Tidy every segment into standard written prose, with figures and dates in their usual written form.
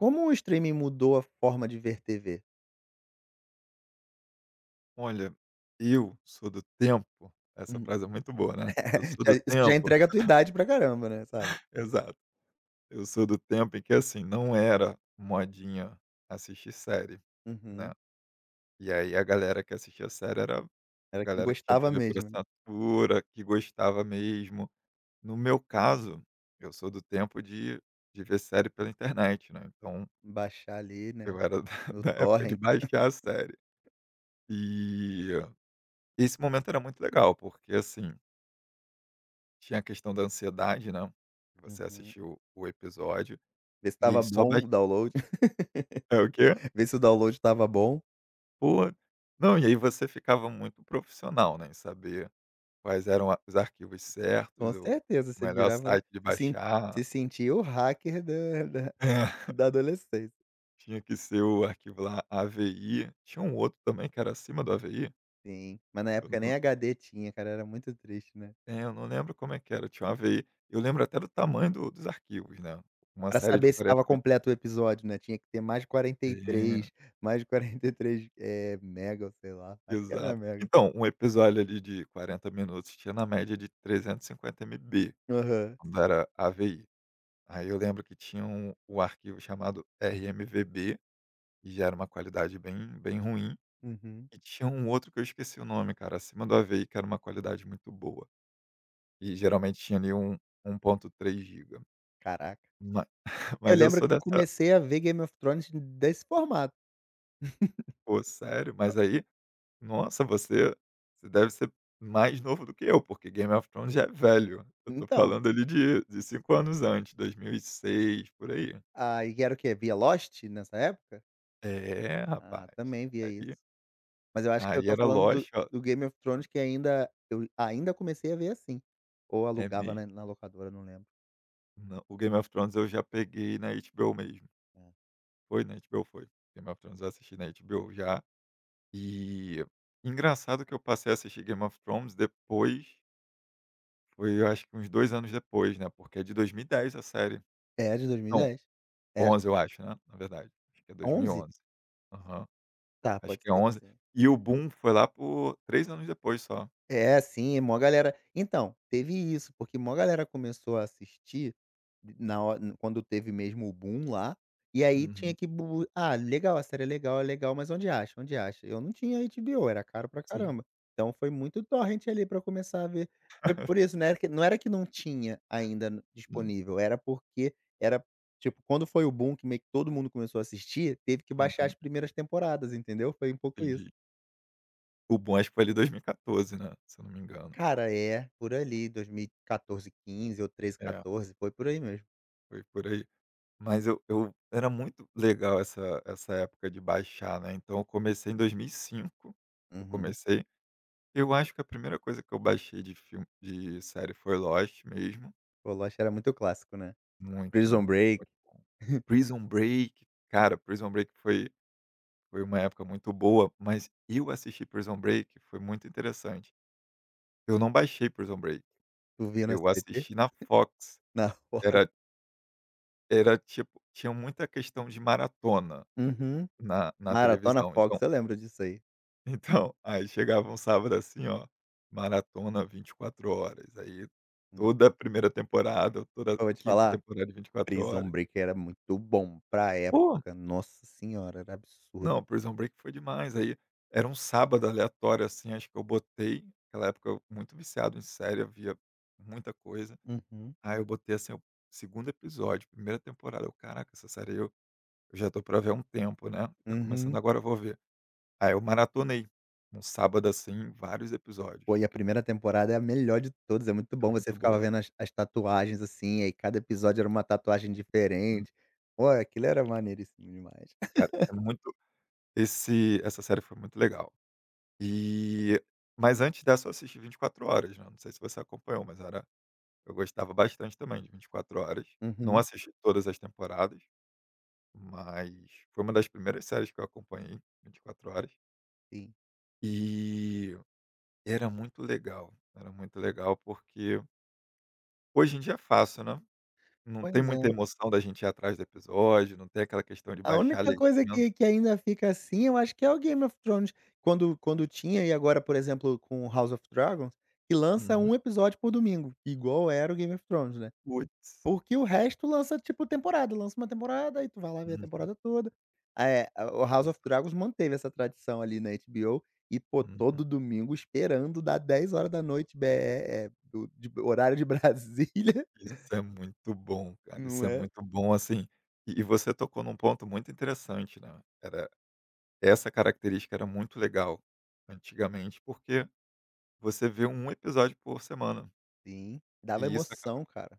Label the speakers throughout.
Speaker 1: Como o streaming mudou a forma de ver TV?
Speaker 2: Olha, eu sou do tempo, essa
Speaker 1: Hum,
Speaker 2: frase é muito boa, né, eu sou
Speaker 1: já
Speaker 2: do
Speaker 1: isso já
Speaker 2: tempo
Speaker 1: entrega a tua idade pra caramba, né, sabe.
Speaker 2: exato, eu sou do tempo em que, assim, não era modinha assistir série, né,
Speaker 1: Uhum.
Speaker 2: e aí a galera que assistia série era a
Speaker 1: Era quem
Speaker 2: galera que tinha
Speaker 1: gostava
Speaker 2: TV por
Speaker 1: mesmo, né?
Speaker 2: assinatura, que gostava mesmo. No meu caso, eu sou do tempo de ver série pela internet, né, então
Speaker 1: Baixar ali, né,
Speaker 2: eu era da
Speaker 1: no
Speaker 2: da época de
Speaker 1: torrent.
Speaker 2: baixar a série. E esse momento era muito legal, porque, assim, tinha a questão da ansiedade, né, você
Speaker 1: Uhum.
Speaker 2: assistiu o episódio,
Speaker 1: Ver se
Speaker 2: e aí
Speaker 1: estava
Speaker 2: só bas
Speaker 1: bom o download,
Speaker 2: é o quê?
Speaker 1: ver se o download estava bom.
Speaker 2: Pô. Não, e aí você ficava muito profissional, né, em saber quais eram a os arquivos certos,
Speaker 1: Com
Speaker 2: o
Speaker 1: certeza,
Speaker 2: o
Speaker 1: você
Speaker 2: melhor
Speaker 1: virava
Speaker 2: site de
Speaker 1: se sen-
Speaker 2: baixar.
Speaker 1: se sentia o hacker da
Speaker 2: É,
Speaker 1: da adolescência.
Speaker 2: tinha que ser o arquivo lá AVI, tinha um outro também que era acima do AVI,
Speaker 1: Sim, mas na
Speaker 2: eu
Speaker 1: época nem
Speaker 2: não
Speaker 1: HD tinha, cara, era muito triste, né.
Speaker 2: é, eu não lembro como é que era, tinha um AVI, eu lembro até do tamanho do dos arquivos, né, uma
Speaker 1: Pra
Speaker 2: série de
Speaker 1: saber se
Speaker 2: 40
Speaker 1: estava
Speaker 2: mi
Speaker 1: completo o episódio, né, tinha que ter mais de quarenta e
Speaker 2: é.
Speaker 1: três, mais de 43, mega, sei lá, acho que era
Speaker 2: Exato.
Speaker 1: mega.
Speaker 2: Então, um episódio ali de 40 minutos tinha na média de 350 MB,
Speaker 1: Aham.
Speaker 2: quando era AVI. Aí eu lembro que tinha o arquivo chamado RMVB, e já era uma qualidade bem bem ruim,
Speaker 1: Uhum.
Speaker 2: e tinha um outro que eu esqueci o nome, cara, acima do AVI, que era uma qualidade muito boa, e geralmente tinha ali um 1,3 giga.
Speaker 1: Caraca.
Speaker 2: Ma
Speaker 1: Eu
Speaker 2: mas eu
Speaker 1: lembro
Speaker 2: sou
Speaker 1: que eu
Speaker 2: dessa.
Speaker 1: comecei a ver Game of Thrones desse formato.
Speaker 2: Pô, sério?
Speaker 1: Ah,
Speaker 2: Mas aí, nossa, você deve ser mais novo do que eu, porque Game of Thrones já é velho. Eu tô
Speaker 1: então,
Speaker 2: falando ali de 5 anos antes, 2006, por aí.
Speaker 1: aí era o quê? Via Lost nessa época?
Speaker 2: É,
Speaker 1: Ah,
Speaker 2: rapaz.
Speaker 1: também via
Speaker 2: Aí
Speaker 1: isso. Mas eu acho que eu
Speaker 2: aí
Speaker 1: tô
Speaker 2: era
Speaker 1: falando do
Speaker 2: Lost, ó,
Speaker 1: do Game of Thrones que ainda eu ainda comecei a ver assim, ou
Speaker 2: é
Speaker 1: alugava
Speaker 2: mesmo.
Speaker 1: na locadora, não lembro.
Speaker 2: Não, o Game of Thrones eu já peguei na HBO mesmo. Foi na HBO? Foi. Game of Thrones eu assisti na HBO já. E engraçado que eu passei a assistir Game of Thrones depois, foi, eu acho que uns 2 anos depois, né, porque é de 2010 a série.
Speaker 1: É, é de
Speaker 2: Não,
Speaker 1: 2010? É, acho que
Speaker 2: onze, eu acho, né, na verdade. Acho que é
Speaker 1: 11?
Speaker 2: 2011. Aham.
Speaker 1: Tá,
Speaker 2: Acho
Speaker 1: pode
Speaker 2: que é
Speaker 1: ser que
Speaker 2: 11.
Speaker 1: sim.
Speaker 2: E o boom foi lá por 3 anos depois só.
Speaker 1: É, sim, é mó galera então, teve isso, porque mó galera começou a assistir quando teve mesmo o boom lá, e aí tinha
Speaker 2: Uhum.
Speaker 1: que bu "Ah, legal, a série é legal, mas onde acha? Onde acha?". Eu não tinha HBO, era caro pra
Speaker 2: Sim.
Speaker 1: caramba. Então foi muito torrent ali pra começar a ver. Foi por isso, né? Que não era, que não tinha ainda n
Speaker 2: Hum.
Speaker 1: disponível, era porque era tipo, quando foi o boom que meio que todo mundo começou a assistir, teve que baixar
Speaker 2: Uhum.
Speaker 1: as primeiras temporadas, entendeu? Foi um pouco isso.
Speaker 2: Entendi. O boom acho que foi ali 2014, né, se eu não me engano.
Speaker 1: Cara, é, por ali, 2014, 15 ou 13,
Speaker 2: É,
Speaker 1: 14, foi por aí mesmo.
Speaker 2: foi por aí. Mas eu era muito legal essa época de baixar, né, então eu comecei em 2005. Eu
Speaker 1: Uhum.
Speaker 2: comecei. Eu acho que a primeira coisa que eu baixei de filme de série foi Lost mesmo.
Speaker 1: O Lost era muito clássico, né.
Speaker 2: Muito,
Speaker 1: Prison
Speaker 2: muito,
Speaker 1: Break,
Speaker 2: muito bom. Prison Break, cara, Prison Break foi uma época muito boa, mas eu assisti Prison Break, foi muito interessante. Eu não baixei Prison Break,
Speaker 1: tu via no
Speaker 2: eu
Speaker 1: SBT?
Speaker 2: assisti na Fox.
Speaker 1: Na Fox.
Speaker 2: Era era tipo tinha muita questão de maratona
Speaker 1: Uhum.
Speaker 2: na
Speaker 1: Maratona
Speaker 2: televisão,
Speaker 1: Fox,
Speaker 2: então
Speaker 1: eu lembro disso aí.
Speaker 2: então, aí chegava um sábado assim, ó, maratona 24 horas, aí
Speaker 1: Hum.
Speaker 2: toda a 1ª temporada, toda a
Speaker 1: Eu vou te
Speaker 2: 5ª
Speaker 1: falar,
Speaker 2: temporada de 24
Speaker 1: Prison
Speaker 2: horas.
Speaker 1: Break era muito bom pra
Speaker 2: Pô.
Speaker 1: época, nossa senhora, era absurdo.
Speaker 2: Não, Prison Break foi demais, aí era um sábado aleatório, assim, acho que eu botei, naquela época eu muito viciado em série, eu via muita coisa,
Speaker 1: Uhum.
Speaker 2: aí eu botei, assim, o segundo episódio, primeira temporada, eu: "Caraca, essa série eu já tô pra ver há um tempo, né, tá começando
Speaker 1: Uhum.
Speaker 2: agora, eu vou ver". Aí eu maratonei, um sábado, assim, vários episódios,
Speaker 1: Pô, e a primeira temporada é a melhor de todas, é muito
Speaker 2: é
Speaker 1: bom, você
Speaker 2: muito
Speaker 1: ficava
Speaker 2: boa.
Speaker 1: vendo as tatuagens, assim, aí cada episódio era uma tatuagem
Speaker 2: Hum,
Speaker 1: diferente. Pô, aquilo era maneiríssimo demais.
Speaker 2: cara, é muito esse essa série foi muito legal. E mas antes dessa eu assisti Vinte e Quatro Horas, né, não sei se você acompanhou, mas era. Eu gostava bastante também de Vinte e Quatro Horas. Não
Speaker 1: Uhum.
Speaker 2: assisti todas as temporadas, mas foi uma das primeiras séries que eu acompanhei, Vinte e Quatro Horas.
Speaker 1: Sim.
Speaker 2: E era muito legal porque hoje em dia é fácil, né? Não tem
Speaker 1: Pois
Speaker 2: muita
Speaker 1: é.
Speaker 2: emoção da gente ir atrás do episódio, não tem aquela questão de
Speaker 1: A
Speaker 2: baixar a
Speaker 1: única coisa
Speaker 2: legenda.
Speaker 1: que ainda fica assim, eu acho que é o Game of Thrones. Quando tinha e agora, por exemplo, com House of Dragons, que lança
Speaker 2: Uhum.
Speaker 1: um episódio por domingo, igual era o Game of Thrones, né.
Speaker 2: Puts.
Speaker 1: Porque o resto lança, tipo, temporada, lança uma temporada, aí tu vai lá ver a
Speaker 2: Uhum.
Speaker 1: temporada toda. Eh, o House
Speaker 2: Exa
Speaker 1: of Dragons manteve essa tradição ali na HBO e, pô,
Speaker 2: uhum.
Speaker 1: todo domingo esperando dar 22h BR, do de horário de Brasília,
Speaker 2: Isso é muito bom, cara, isso
Speaker 1: não
Speaker 2: é
Speaker 1: é?
Speaker 2: muito bom, assim, e você tocou num ponto muito interessante, né, era. Essa característica era muito legal antigamente, porque você vê um episódio por semana,
Speaker 1: Sim. Dava
Speaker 2: e isso acaba
Speaker 1: emoção, cara.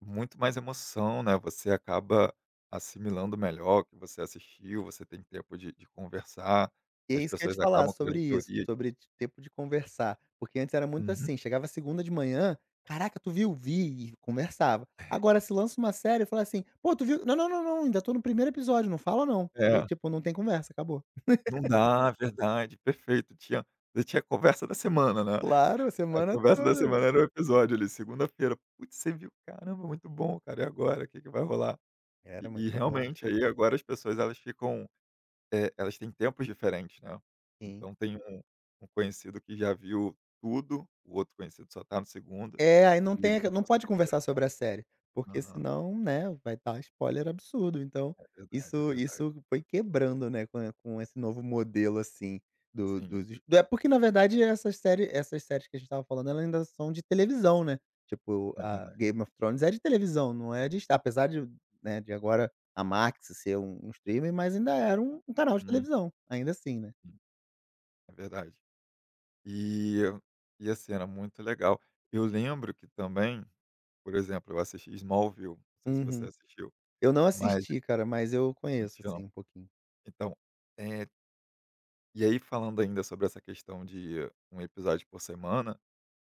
Speaker 2: muito mais emoção, né, você acaba assimilando melhor o que você assistiu, você tem tempo de conversar,
Speaker 1: E é
Speaker 2: as
Speaker 1: isso que eu ia
Speaker 2: pessoas
Speaker 1: te falar
Speaker 2: acabam criando
Speaker 1: sobre isso,
Speaker 2: teorias.
Speaker 1: sobre t tempo de conversar, porque antes era muito
Speaker 2: Uhum.
Speaker 1: assim, chegava segunda de manhã: "Caraca, tu viu?", "Vi", e conversava. Agora se lança uma série e fala assim: "Pô, tu viu?", "Não, não, não, não, ainda tô no primeiro episódio, não fala não". Aí
Speaker 2: É,
Speaker 1: tipo, não tem conversa, acabou.
Speaker 2: não dá, verdade, perfeito, tinha você tinha a conversa da semana, né.
Speaker 1: Claro, a
Speaker 2: A
Speaker 1: semana
Speaker 2: conversa da
Speaker 1: toda. Mano.
Speaker 2: semana era o episódio ali, segunda-feira: "Putz, você viu? Caramba, muito bom, cara, e agora, o que que vai rolar?" E
Speaker 1: Era
Speaker 2: e
Speaker 1: muito bom.
Speaker 2: realmente, aí agora as pessoas elas ficam. Elas têm tempos diferentes, né.
Speaker 1: Sim.
Speaker 2: Então tem um conhecido que já viu tudo, o outro conhecido só está no segundo,
Speaker 1: É, aí não
Speaker 2: e
Speaker 1: tem
Speaker 2: eles
Speaker 1: aque
Speaker 2: não
Speaker 1: não pode
Speaker 2: conseguem
Speaker 1: conversar
Speaker 2: conversar.
Speaker 1: sobre a série, porque
Speaker 2: Aham.
Speaker 1: senão, né, vai dar spoiler absurdo. Então,
Speaker 2: É verdade, é
Speaker 1: isso
Speaker 2: verdade.
Speaker 1: isso foi quebrando, né, com esse novo modelo, assim, do
Speaker 2: Sim,
Speaker 1: dos es do- é porque na verdade essas séries que a gente tava falando, elas ainda são de televisão, né. Tipo,
Speaker 2: é
Speaker 1: a
Speaker 2: verdade.
Speaker 1: Game of Thrones é de televisão, não é de estar, apesar de, né, de agora a Max ser um streaming, mas ainda era um canal de
Speaker 2: Uhum.
Speaker 1: televisão, ainda assim, né.
Speaker 2: É verdade. E e assim, era muito legal. Eu lembro que também, por exemplo, eu assisti Smallville, não sei se você
Speaker 1: Uhum.
Speaker 2: assistiu,
Speaker 1: Eu não
Speaker 2: mas
Speaker 1: assisti, cara, mas eu
Speaker 2: não
Speaker 1: conheço,
Speaker 2: assistiu
Speaker 1: assim,
Speaker 2: não.
Speaker 1: um pouquinho.
Speaker 2: Então, eh, e aí falando ainda sobre essa questão de um episódio por semana.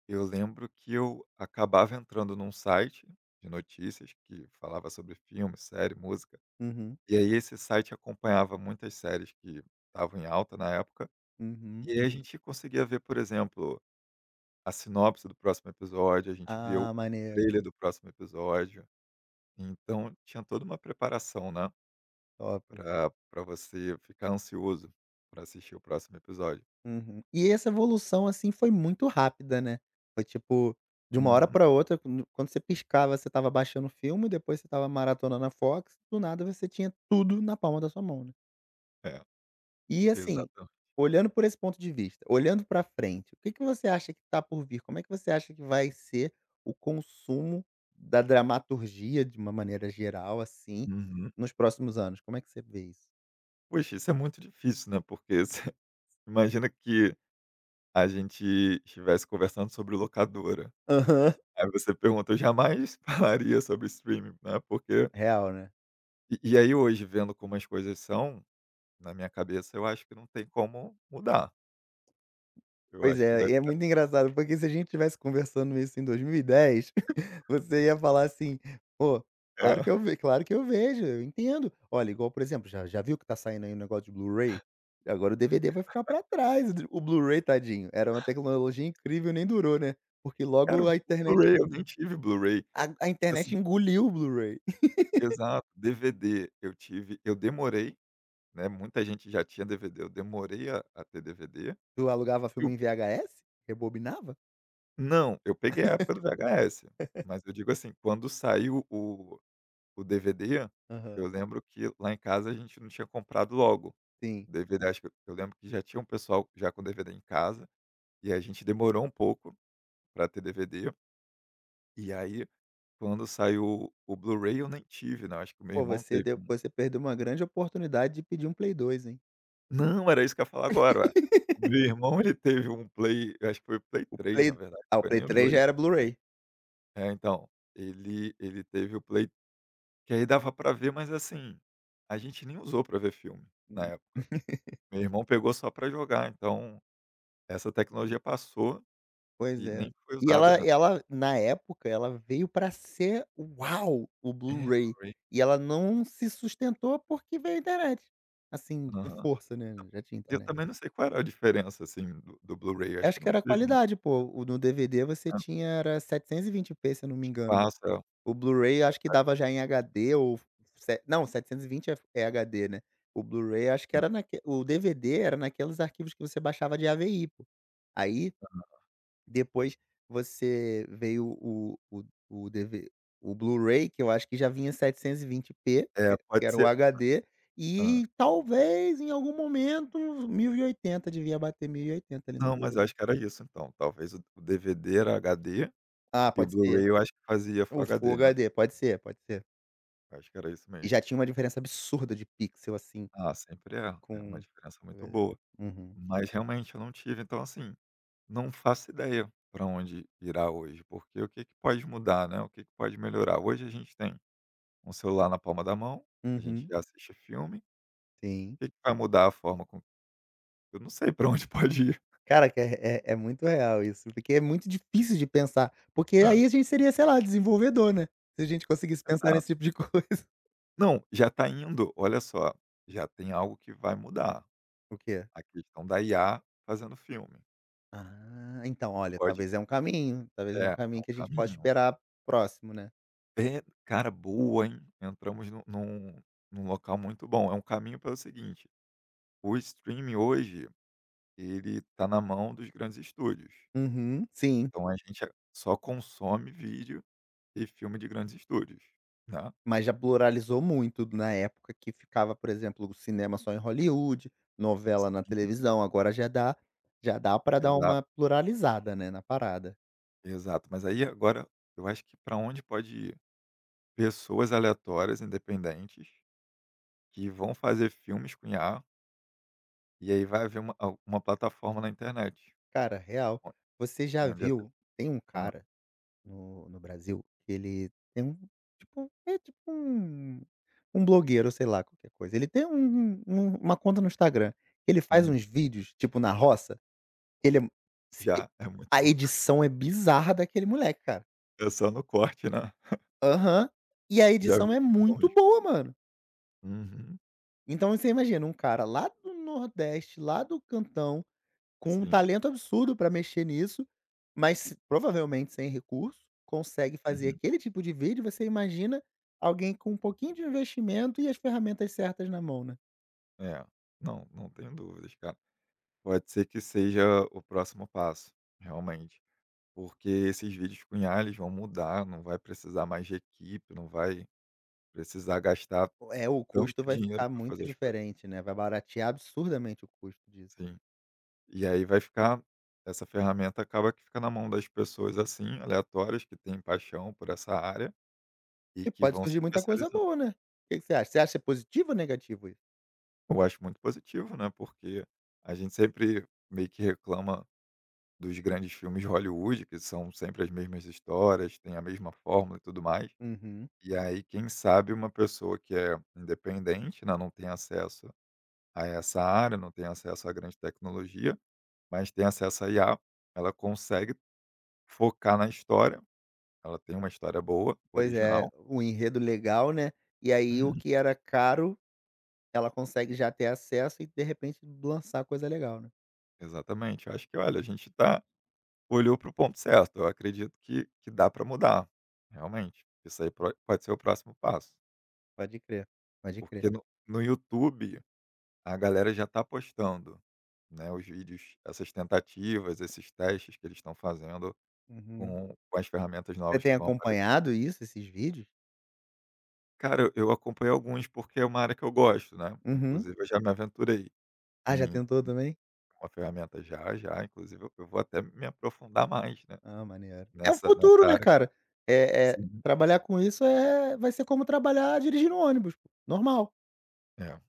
Speaker 2: Eu lembro que eu acabava entrando num site de notícias que falava sobre filme, série, música.
Speaker 1: Uhum,
Speaker 2: E aí esse site acompanhava muitas séries que estavam em alta na época. E
Speaker 1: uhum.
Speaker 2: aí a gente conseguia ver, por exemplo, a sinopse do próximo episódio, a gente via o
Speaker 1: Ah, maneiro,
Speaker 2: trailer do próximo episódio. Então tinha toda uma preparação, né?
Speaker 1: top.
Speaker 2: Pra você ficar ansioso para assistir o próximo episódio.
Speaker 1: Uhum. E essa evolução, assim, foi muito rápida, né? Foi tipo, de uma hora
Speaker 2: Uhum.
Speaker 1: pra outra, quando você piscava, você estava baixando o filme, depois você estava maratonando a Fox, do nada você tinha tudo na palma da sua mão, né?
Speaker 2: É,
Speaker 1: E assim,
Speaker 2: exatamente.
Speaker 1: olhando por esse ponto de vista, olhando pra frente, o que que você acha que tá por vir? Como é que você acha que vai ser o consumo da dramaturgia, de uma maneira geral, assim,
Speaker 2: Uhum.
Speaker 1: nos próximos anos? Como é que você vê isso?
Speaker 2: Poxa, isso é muito difícil, né? Porque você imagina que a gente estivesse conversando sobre locadora.
Speaker 1: Aham.
Speaker 2: Aí você pergunta, eu jamais falaria sobre streaming, né, porque
Speaker 1: Real, né?
Speaker 2: e aí hoje, vendo como as coisas são, na minha cabeça eu acho que não tem como mudar, eu
Speaker 1: Pois
Speaker 2: acho que vai
Speaker 1: é, e é
Speaker 2: ficar.
Speaker 1: muito engraçado, porque se a gente tivesse conversando isso em 2010, você ia falar assim: "Pô, claro
Speaker 2: É.
Speaker 1: que eu vejo, claro que eu vejo, eu entendo". Olha, igual, por exemplo, já viu que tá saindo aí um negócio de Blu-ray? Agora o DVD vai ficar pra trás, o Blu-ray, tadinho, era uma tecnologia incrível, nem durou, né, porque
Speaker 2: Cara,
Speaker 1: logo
Speaker 2: o
Speaker 1: a internet
Speaker 2: Blu-ray, eu nem tive Blu-ray,
Speaker 1: a a internet
Speaker 2: assim,
Speaker 1: engoliu o Blu-ray.
Speaker 2: exato, DVD eu tive, eu demorei, né, muita gente já tinha DVD, eu demorei a ter DVD.
Speaker 1: Tu alugava
Speaker 2: Eu
Speaker 1: filme em VHS? Rebobinava?
Speaker 2: não, eu peguei a época do VHS, mas eu digo assim, quando saiu o DVD, eu
Speaker 1: Aham.
Speaker 2: lembro que lá em casa a gente não tinha comprado logo.
Speaker 1: Sim.
Speaker 2: O DVD, acho que eu lembro que já tinha um pessoal já com DVD em casa, e a gente demorou um pouco para ter DVD. E aí, quando saiu o Blu-ray, eu nem tive, né, acho que o meu
Speaker 1: Pô,
Speaker 2: irmão teve um.
Speaker 1: você perdeu uma grande oportunidade de pedir um Play 2, hein.
Speaker 2: Não, era isso que eu ia falar agora, ué. O meu irmão, ele teve um Play, eu acho que foi o Play três na
Speaker 1: Play
Speaker 2: verdade, não
Speaker 1: o
Speaker 2: foi
Speaker 1: Play
Speaker 2: nem o
Speaker 1: 3
Speaker 2: dois.
Speaker 1: já era Blu-ray.
Speaker 2: É, então, ele teve o Play, que aí dava pra ver, mas assim, a gente nem usou pra ver filme na época.
Speaker 1: Hum.
Speaker 2: Meu irmão pegou só pra jogar, então essa tecnologia passou
Speaker 1: Pois
Speaker 2: e
Speaker 1: é.
Speaker 2: nem foi
Speaker 1: E
Speaker 2: usada,
Speaker 1: ela
Speaker 2: né.
Speaker 1: ela na época, ela veio pra ser "Uau!", o
Speaker 2: É,
Speaker 1: Blu-ray.
Speaker 2: Blu-ray.
Speaker 1: E ela não se sustentou porque veio a internet. Assim, com
Speaker 2: Aham.
Speaker 1: força, né, já tinha
Speaker 2: Eu
Speaker 1: internet.
Speaker 2: também não sei qual era a diferença, assim, do Blu-ray. Eu
Speaker 1: Eu
Speaker 2: acho que
Speaker 1: acho que
Speaker 2: não
Speaker 1: era a
Speaker 2: teve muito,
Speaker 1: qualidade, pô, o no DVD você
Speaker 2: é,
Speaker 1: tinha era 720p, se eu não me engano.
Speaker 2: passa,
Speaker 1: O Blu-ray acho que dava já em HD, ou se não, 720 é HD, né. O Blu-ray acho que era naque o DVD era naqueles arquivos que você baixava de AVI, pô. Aí, depois você veio o o o DV o Blu-ray, que eu acho que já vinha 720p,
Speaker 2: é, pode
Speaker 1: que era o
Speaker 2: ser,
Speaker 1: HD,
Speaker 2: hã.
Speaker 1: e talvez em algum momento 1080, devia bater 1080 ali no
Speaker 2: Não, mas eu
Speaker 1: Blu-ray.
Speaker 2: acho que era isso então, talvez o DVD era HD
Speaker 1: Ah,
Speaker 2: e o
Speaker 1: pode ser.
Speaker 2: Blu-ray eu acho que fazia Full
Speaker 1: O Full
Speaker 2: HD, né.
Speaker 1: HD, pode ser, pode ser.
Speaker 2: Eu acho que era isso
Speaker 1: E
Speaker 2: mesmo.
Speaker 1: já tinha uma diferença absurda de pixel, assim,
Speaker 2: Ah, sempre é, é uma
Speaker 1: com.
Speaker 2: diferença muito boa.
Speaker 1: Uhum.
Speaker 2: Mas realmente eu não tive, então assim, não faço ideia para onde irá hoje, porque o que que pode mudar, né, o que que pode melhorar. Hoje a gente tem um celular na palma da mão, a gente
Speaker 1: Uhum.
Speaker 2: já assiste filme. O
Speaker 1: Sim.
Speaker 2: que que vai mudar a forma com, eu não sei para onde pode ir.
Speaker 1: Cara, que é muito real isso, porque é muito difícil de pensar, porque
Speaker 2: Não,
Speaker 1: aí a gente seria, sei lá, desenvolvedor, né, se a gente conseguisse pensar
Speaker 2: exato.
Speaker 1: nesse tipo de coisa.
Speaker 2: Não, já está indo, olha só, já tem algo que vai mudar,
Speaker 1: O quê?
Speaker 2: a questão da IA fazendo filme.
Speaker 1: Ah, então olha,
Speaker 2: Pode.
Speaker 1: talvez é um caminho, talvez
Speaker 2: É,
Speaker 1: é um
Speaker 2: é
Speaker 1: caminho
Speaker 2: um
Speaker 1: que a gente pode
Speaker 2: caminho.
Speaker 1: esperar próximo, né.
Speaker 2: É, cara, boa, hein. Entramos num num local muito bom, é um caminho pelo seguinte, o streaming hoje, ele tá na mão dos grandes estúdios,
Speaker 1: Uhum, sim,
Speaker 2: então a gente só consome vídeo e filme de grandes estúdios, né.
Speaker 1: mas já pluralizou muito na época que ficava, por exemplo, o cinema só em Hollywood, novela na
Speaker 2: Sim,
Speaker 1: televisão, agora já dá para dar
Speaker 2: exato,
Speaker 1: uma pluralizada, né, na parada.
Speaker 2: exato. Mas aí agora eu acho que para onde pode ir? Pessoas aleatórias, independentes, que vão fazer filmes com IA, e aí vai haver uma al uma plataforma na internet,
Speaker 1: Cara, real,
Speaker 2: on
Speaker 1: você já
Speaker 2: onde essas,
Speaker 1: viu tem um
Speaker 2: aham,
Speaker 1: cara. No Brasil, ele tem um tipo um blogueiro, sei lá, qualquer coisa. Ele tem uma conta no Instagram, ele faz
Speaker 2: uhum.
Speaker 1: uns vídeos, tipo, na roça, ele é se
Speaker 2: Já, é muito
Speaker 1: a
Speaker 2: bom.
Speaker 1: edição é bizarra daquele moleque, cara.
Speaker 2: É só no corte, né.
Speaker 1: Aham. E a
Speaker 2: Já vi,
Speaker 1: edição
Speaker 2: muito
Speaker 1: é
Speaker 2: bom
Speaker 1: muito
Speaker 2: mesmo.
Speaker 1: boa, mano.
Speaker 2: Uhum,
Speaker 1: Então você imagina, um cara lá do nordeste, lá do cantão, com um
Speaker 2: sim,
Speaker 1: talento absurdo pra mexer nisso, mas se provavelmente sem recurso, consegue fazer
Speaker 2: uhum.
Speaker 1: aquele tipo de vídeo. Você imagina alguém com um pouquinho de investimento e as ferramentas certas na mão, né.
Speaker 2: É. Não, não tenho dúvidas, cara. Pode ser que seja o próximo passo, realmente. Porque esses vídeos com IA, eles vão mudar, não vai precisar mais de equipe, não vai precisar gastar
Speaker 1: É, o
Speaker 2: tanto
Speaker 1: custo vai
Speaker 2: dinheiro
Speaker 1: ficar
Speaker 2: para
Speaker 1: muito
Speaker 2: fazer as coisas.
Speaker 1: diferente, né, vai baratear absurdamente o custo disso.
Speaker 2: Sim. E aí vai ficar essa ferramenta acaba que fica na mão das pessoas, assim, aleatórias, que têm paixão por essa área e
Speaker 1: E
Speaker 2: que
Speaker 1: pode
Speaker 2: vão se
Speaker 1: surgir muita coisa
Speaker 2: especializando.
Speaker 1: boa, né. O Que que você acha? Você acha positivo ou negativo isso?
Speaker 2: Eu acho muito positivo, né, porque a gente sempre meio que reclama dos grandes filmes de Hollywood, que são sempre as mesmas histórias, tem a mesma fórmula e tudo mais.
Speaker 1: Uhum.
Speaker 2: E aí, quem sabe uma pessoa que é independente, né, não tem acesso a essa área, não tem acesso à grande tecnologia mas tem acesso à IA, ela consegue focar na história, ela tem uma história boa,
Speaker 1: Pois é,
Speaker 2: original.
Speaker 1: o enredo legal, né, e aí o
Speaker 2: Hum,
Speaker 1: que era caro, ela consegue já ter acesso e de repente lançar coisa legal, né.
Speaker 2: exatamente. Eu acho que, olha, a gente tá, olhou para o ponto certo. Eu acredito que dá para mudar, realmente. Isso aí pro pode ser o próximo passo,
Speaker 1: Pode crer, pode crer.
Speaker 2: porque no YouTube a galera já está postando, né, os vídeos, essas tentativas, esses testes que eles estão fazendo
Speaker 1: Uhum.
Speaker 2: com as ferramentas
Speaker 1: Você
Speaker 2: novas
Speaker 1: tem
Speaker 2: que vão aparecer.
Speaker 1: acompanhado isso, esses vídeos?
Speaker 2: Cara, eu acompanhei alguns, porque é uma área que eu gosto, né,
Speaker 1: Uhum.
Speaker 2: inclusive eu já me aventurei.
Speaker 1: Ah, já
Speaker 2: Sim,
Speaker 1: tentou também?
Speaker 2: uma ferramenta já, já, inclusive eu vou até me aprofundar mais, né,
Speaker 1: Ah, maneiro. É o
Speaker 2: nessa
Speaker 1: futuro, né,
Speaker 2: área.
Speaker 1: cara?
Speaker 2: Sim.
Speaker 1: Trabalhar com isso vai ser como trabalhar dirigindo ônibus, pô, normal.
Speaker 2: É,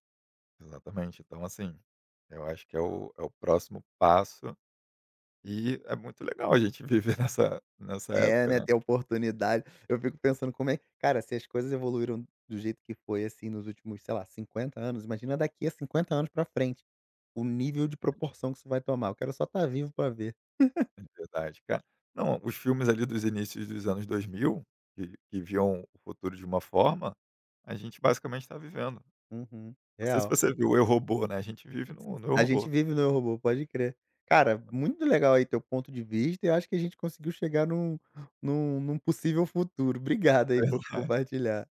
Speaker 2: exatamente. Então assim, eu acho que é o é o próximo passo e é muito legal a gente viver nessa
Speaker 1: É,
Speaker 2: época,
Speaker 1: né,
Speaker 2: né,
Speaker 1: ter oportunidade. Eu fico pensando como é, cara. Se as coisas evoluíram do jeito que foi, assim, nos últimos, sei lá, 50 anos, imagina daqui a 50 anos pra frente, o nível de proporção que isso vai tomar. Eu quero só estar vivo pra ver.
Speaker 2: de verdade, cara. Não, os filmes ali dos inícios dos anos 2000, que viam o futuro de uma forma, a gente basicamente está vivendo.
Speaker 1: Uhum,
Speaker 2: Não sei se
Speaker 1: real.
Speaker 2: você viu o Eu, Robô, né, a gente vive no Eu,
Speaker 1: A gente
Speaker 2: Robô.
Speaker 1: vive no Eu, Robô, pode crer. Cara, muito legal aí teu ponto de vista, e eu acho que a gente conseguiu chegar num num num possível futuro. Obrigado aí por compartilhar.